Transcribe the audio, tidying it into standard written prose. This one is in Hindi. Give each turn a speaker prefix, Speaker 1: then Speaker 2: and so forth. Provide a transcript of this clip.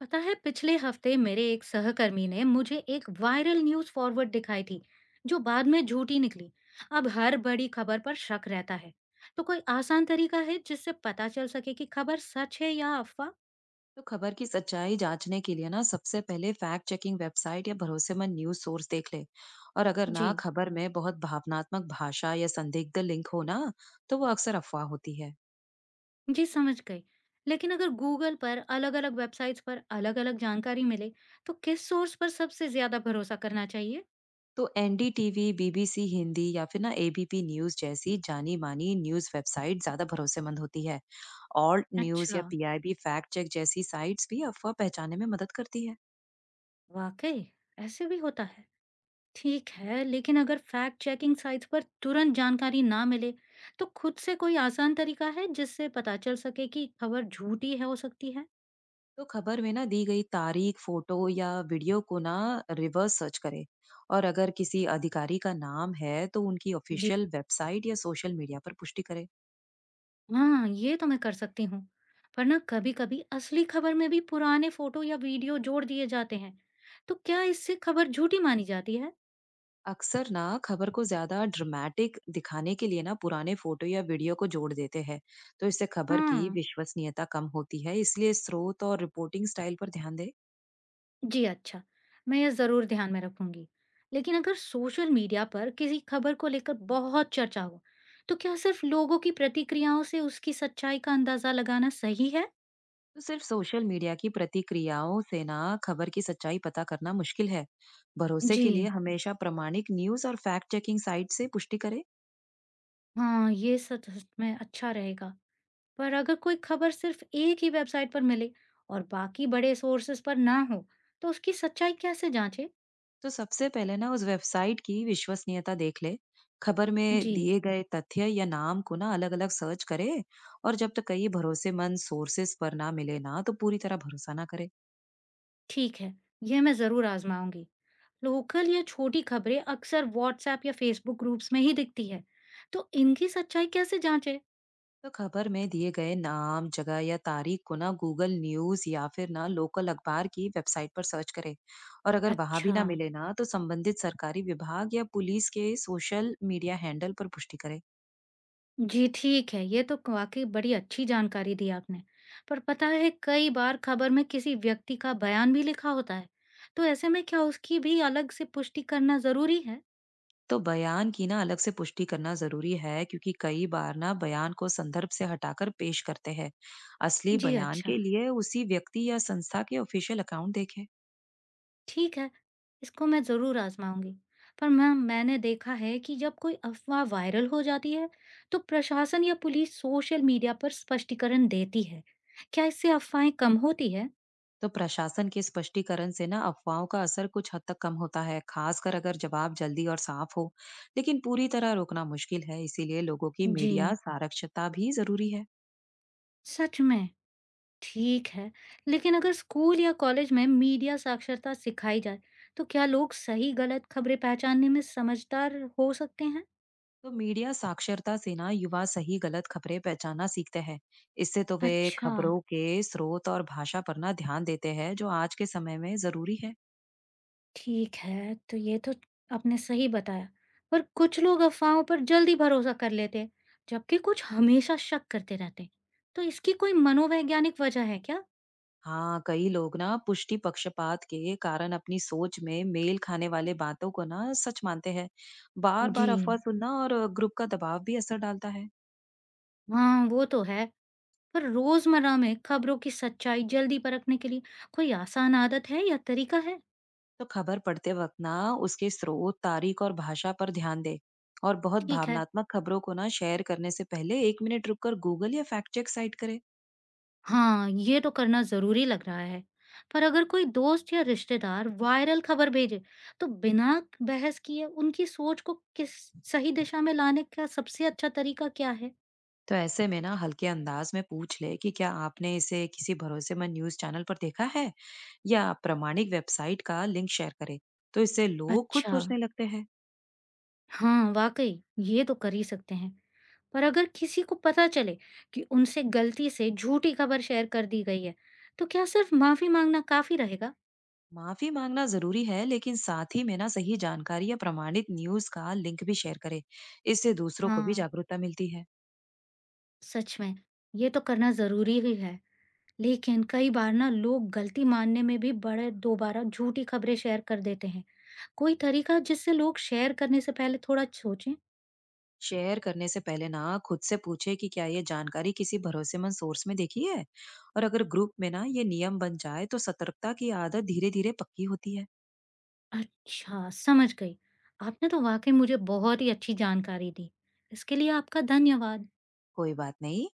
Speaker 1: पता है पिछले हफ्ते मेरे एक सहकर्मी ने मुझे एक वायरल न्यूज़ फॉरवर्ड दिखाई थी जो बाद में झूठी निकली। अब हर बड़ी खबर पर शक रहता है। तो कोई आसान तरीका है जिससे पता चल सके कि खबर सच है या अफवाह?
Speaker 2: तो खबर की सच्चाई जांचने के लिए ना सबसे पहले फैक्ट चेकिंग वेबसाइट या भरोसेमंद न्यूज सोर्स देख ले। और अगर
Speaker 1: जी
Speaker 2: ना खबर में बहुत भावनात्मक भाषा या संदिग्ध लिंक हो ना तो वो अक्सर अफवाह होती है।
Speaker 1: जी समझ गई। लेकिन अगर गूगल पर अलग अलग वेबसाइट्स पर अलग अलग जानकारी मिले, तो किस सोर्स पर सबसे ज्यादा भरोसा करना चाहिए?
Speaker 2: तो एनडीटीवी, बीबीसी हिंदी या फिर ना एबीपी न्यूज जैसी जानी मानी न्यूज वेबसाइट ज्यादा भरोसेमंद होती है। ऑल्ट न्यूज या
Speaker 1: अच्छा।
Speaker 2: पीआईबी फैक्ट चेक जैसी साइट्स भी अफवाह पहचानने में मदद करती है।
Speaker 1: वाकई ऐसे भी होता है। ठीक है, लेकिन अगर फैक्ट चेकिंग साइट्स पर तुरंत जानकारी ना मिले, तो खुद से कोई आसान तरीका है जिससे पता चल सके कि खबर झूठी है हो सकती है?
Speaker 2: तो खबर में ना दी गई तारीख, फोटो या वीडियो को ना रिवर्स सर्च करें। और अगर किसी अधिकारी का नाम है तो उनकी
Speaker 1: जी,
Speaker 2: ऑफिशियल वेबसाइट या सोशल मीडिया पर पुष्टि करें।
Speaker 1: हाँ, ये तो मैं कर सकती हूँ। पर ना कभी-कभी असली खबर में भी पुराने फोटो या वीडियो जोड़ दिए जाते हैं, तो क्या इससे खबर झूठी मानी जाती है?
Speaker 2: अक्सर ना खबर को ज्यादा ड्रामेटिक दिखाने के लिए ना पुराने फोटो या वीडियो को जोड़ देते हैं। तो इससे खबर की
Speaker 1: हाँ।
Speaker 2: विश्वसनीयता कम होती है, इसलिए स्रोत और रिपोर्टिंग स्टाइल पर ध्यान दें।
Speaker 1: जी, अच्छा, मैं यह ज़रूर ध्यान में रखूंगी। लेकिन अगर सोशल मीडिया पर किसी खबर को लेकर बहुत चर्चा हो, तो क्या सिर्फ लोगों की प्रतिक्रियाओं से उसकी सच्चाई का अंदाज़ा लगाना सही है?
Speaker 2: तो सिर्फ सोशल मीडिया की प्रतिक्रियाओं से ना खबर की सच्चाई पता करना मुश्किल है। भरोसे के लिए
Speaker 1: जी,
Speaker 2: हमेशा प्रामाणिक न्यूज और फैक्ट चेकिंग साइट से पुष्टि करें।
Speaker 1: हाँ, ये सच सच में अच्छा रहेगा। पर अगर कोई खबर सिर्फ एक ही वेबसाइट पर मिले और बाकी बड़े सोर्सेज पर ना हो, तो उसकी सच्चाई कैसे जांचे?
Speaker 2: तो सबसे पहले ना उस वेबसाइट की विश्वसनीयता देख ले। खबर में
Speaker 1: जी,
Speaker 2: दिए गए तथ्य या नाम को ना अलग अलग सर्च करे। और जब तक कई भरोसेमंद सोर्सेस पर ना मिले ना तो पूरी तरह भरोसा ना करे।
Speaker 1: ठीक है, यह मैं ज़रूर आजमाऊंगी। लोकल या छोटी खबरें अक्सर व्हाट्सएप या फेसबुक ग्रुप्स में ही दिखती है, तो इनकी सच्चाई कैसे जांचे?
Speaker 2: तो खबर में दिए गए नाम, जगह या तारीख को ना गूगल न्यूज या फिर ना लोकल अखबार की वेबसाइट पर सर्च करें। और अगर वहां भी
Speaker 1: अच्छा।
Speaker 2: ना मिले ना तो संबंधित सरकारी विभाग या पुलिस के सोशल मीडिया हैंडल पर पुष्टि करें।
Speaker 1: जी, ठीक है, ये तो वाकई बड़ी अच्छी जानकारी दी आपने। पर पता है, कई बार खबर में किसी व्यक्ति का बयान भी लिखा होता है, तो ऐसे में क्या उसकी भी अलग से पुष्टि करना जरूरी है?
Speaker 2: तो बयान की ना अलग से पुष्टि करना जरूरी है, क्योंकि कई बार ना बयान को संदर्भ से हटाकर पेश करते हैं। असली
Speaker 1: जी,
Speaker 2: बयान
Speaker 1: अच्छा।
Speaker 2: के लिए उसी व्यक्ति या संस्था के ऑफिशियल अकाउंट देखें।
Speaker 1: ठीक है, इसको मैं ज़रूर आज़माऊँगी। पर मैम मैंने देखा है कि जब कोई अफ़वाह वायरल हो जाती है, तो प्रशासन या पुलिस सोशल मीडिया पर स्पष्टीकरण देती है। क्या इससे अफ़वाहें कम होती है?
Speaker 2: तो प्रशासन के स्पष्टीकरण से ना अफवाहों का असर कुछ हद तक कम होता है, खासकर अगर जवाब जल्दी और साफ हो। लेकिन पूरी तरह रोकना मुश्किल है, इसीलिए लोगों की
Speaker 1: जी,
Speaker 2: मीडिया साक्षरता भी जरूरी है।
Speaker 1: सच में। ठीक है, लेकिन अगर स्कूल या कॉलेज में मीडिया साक्षरता सिखाई जाए, तो क्या लोग सही-गलत खबरें पहचानने में समझदार हो सकते हैं?
Speaker 2: तो मीडिया साक्षरता से ना युवा सही गलत खबरें पहचानना सीखते हैं। इससे तो वे
Speaker 1: अच्छा।
Speaker 2: खबरों के स्रोत और भाषा पर ना ध्यान देते हैं, जो आज के समय में जरूरी है।
Speaker 1: ठीक है, तो ये तो आपने सही बताया। पर कुछ लोग अफ़वाहों पर जल्दी भरोसा कर लेते हैं, जबकि कुछ हमेशा शक करते रहते हैं। तो इसकी कोई मनोवैज्ञानिक वजह है क्या?
Speaker 2: हाँ, कई लोग ना पुष्टि पक्षपात के कारण अपनी सोच में मेल खाने वाले बातों को ना सच मानते हैं। बार बार
Speaker 1: जी,
Speaker 2: अफवाह सुनना और ग्रुप का दबाव भी असर डालता है।
Speaker 1: हाँ, वो तो है। पर रोज़मर्रा में खबरों की सच्चाई जल्दी परखने के लिए कोई आसान आदत है या तरीका है?
Speaker 2: तो खबर पढ़ते वक्त ना उसके स्रोत, तारीख और भाषा पर ध्यान दे। और बहुत
Speaker 1: ठीक है।
Speaker 2: भावनात्मक खबरों को ना शेयर करने से पहले 1 मिनट रुककर गूगल या फैक्ट चेक साइट करे।
Speaker 1: हाँ, ये तो करना ज़रूरी लग रहा है। पर अगर कोई दोस्त या रिश्तेदार वायरल खबर भेजे, तो बिना बहस किए उनकी सोच को किस सही दिशा में लाने का सबसे अच्छा तरीका क्या है?
Speaker 2: तो ऐसे में ना हल्के अंदाज में पूछ ले कि क्या आपने इसे किसी भरोसेमंद न्यूज चैनल पर देखा है या प्रामाणिक वेबसाइट का लिंक शेयर करे। तो इससे लोग खुद
Speaker 1: अच्छा,
Speaker 2: सोचने लगते हैं।
Speaker 1: हाँ, वाक़ई ये तो कर ही सकते हैं। पर अगर किसी को पता चले कि उनसे गलती से झूठी खबर शेयर कर दी गई है, तो क्या सिर्फ़ माफ़ी माँगना काफ़ी रहेगा?
Speaker 2: माफी मांगना जरूरी है, लेकिन साथ ही में ना सही जानकारी या प्रमाणित न्यूज का लिंक भी शेयर करें। इससे दूसरों को भी
Speaker 1: हाँ,
Speaker 2: जागरूकता मिलती है।
Speaker 1: सच में, ये तो करना ज़रूरी ही है। लेकिन कई बार ना लोग गलती मानने में भी बड़े दोबारा झूठी खबरें शेयर कर देते हैं। कोई तरीका जिससे लोग शेयर करने से पहले थोड़ा सोचें?
Speaker 2: शेयर करने से पहले ना खुद से पूछे कि क्या ये जानकारी किसी भरोसेमंद सोर्स में देखी है। और अगर ग्रुप में ना ये नियम बन जाए तो सतर्कता की आदत धीरे धीरे पक्की होती है।
Speaker 1: अच्छा, समझ गई। आपने तो वाकई मुझे बहुत ही अच्छी जानकारी दी। इसके लिए आपका धन्यवाद।
Speaker 2: कोई बात नहीं।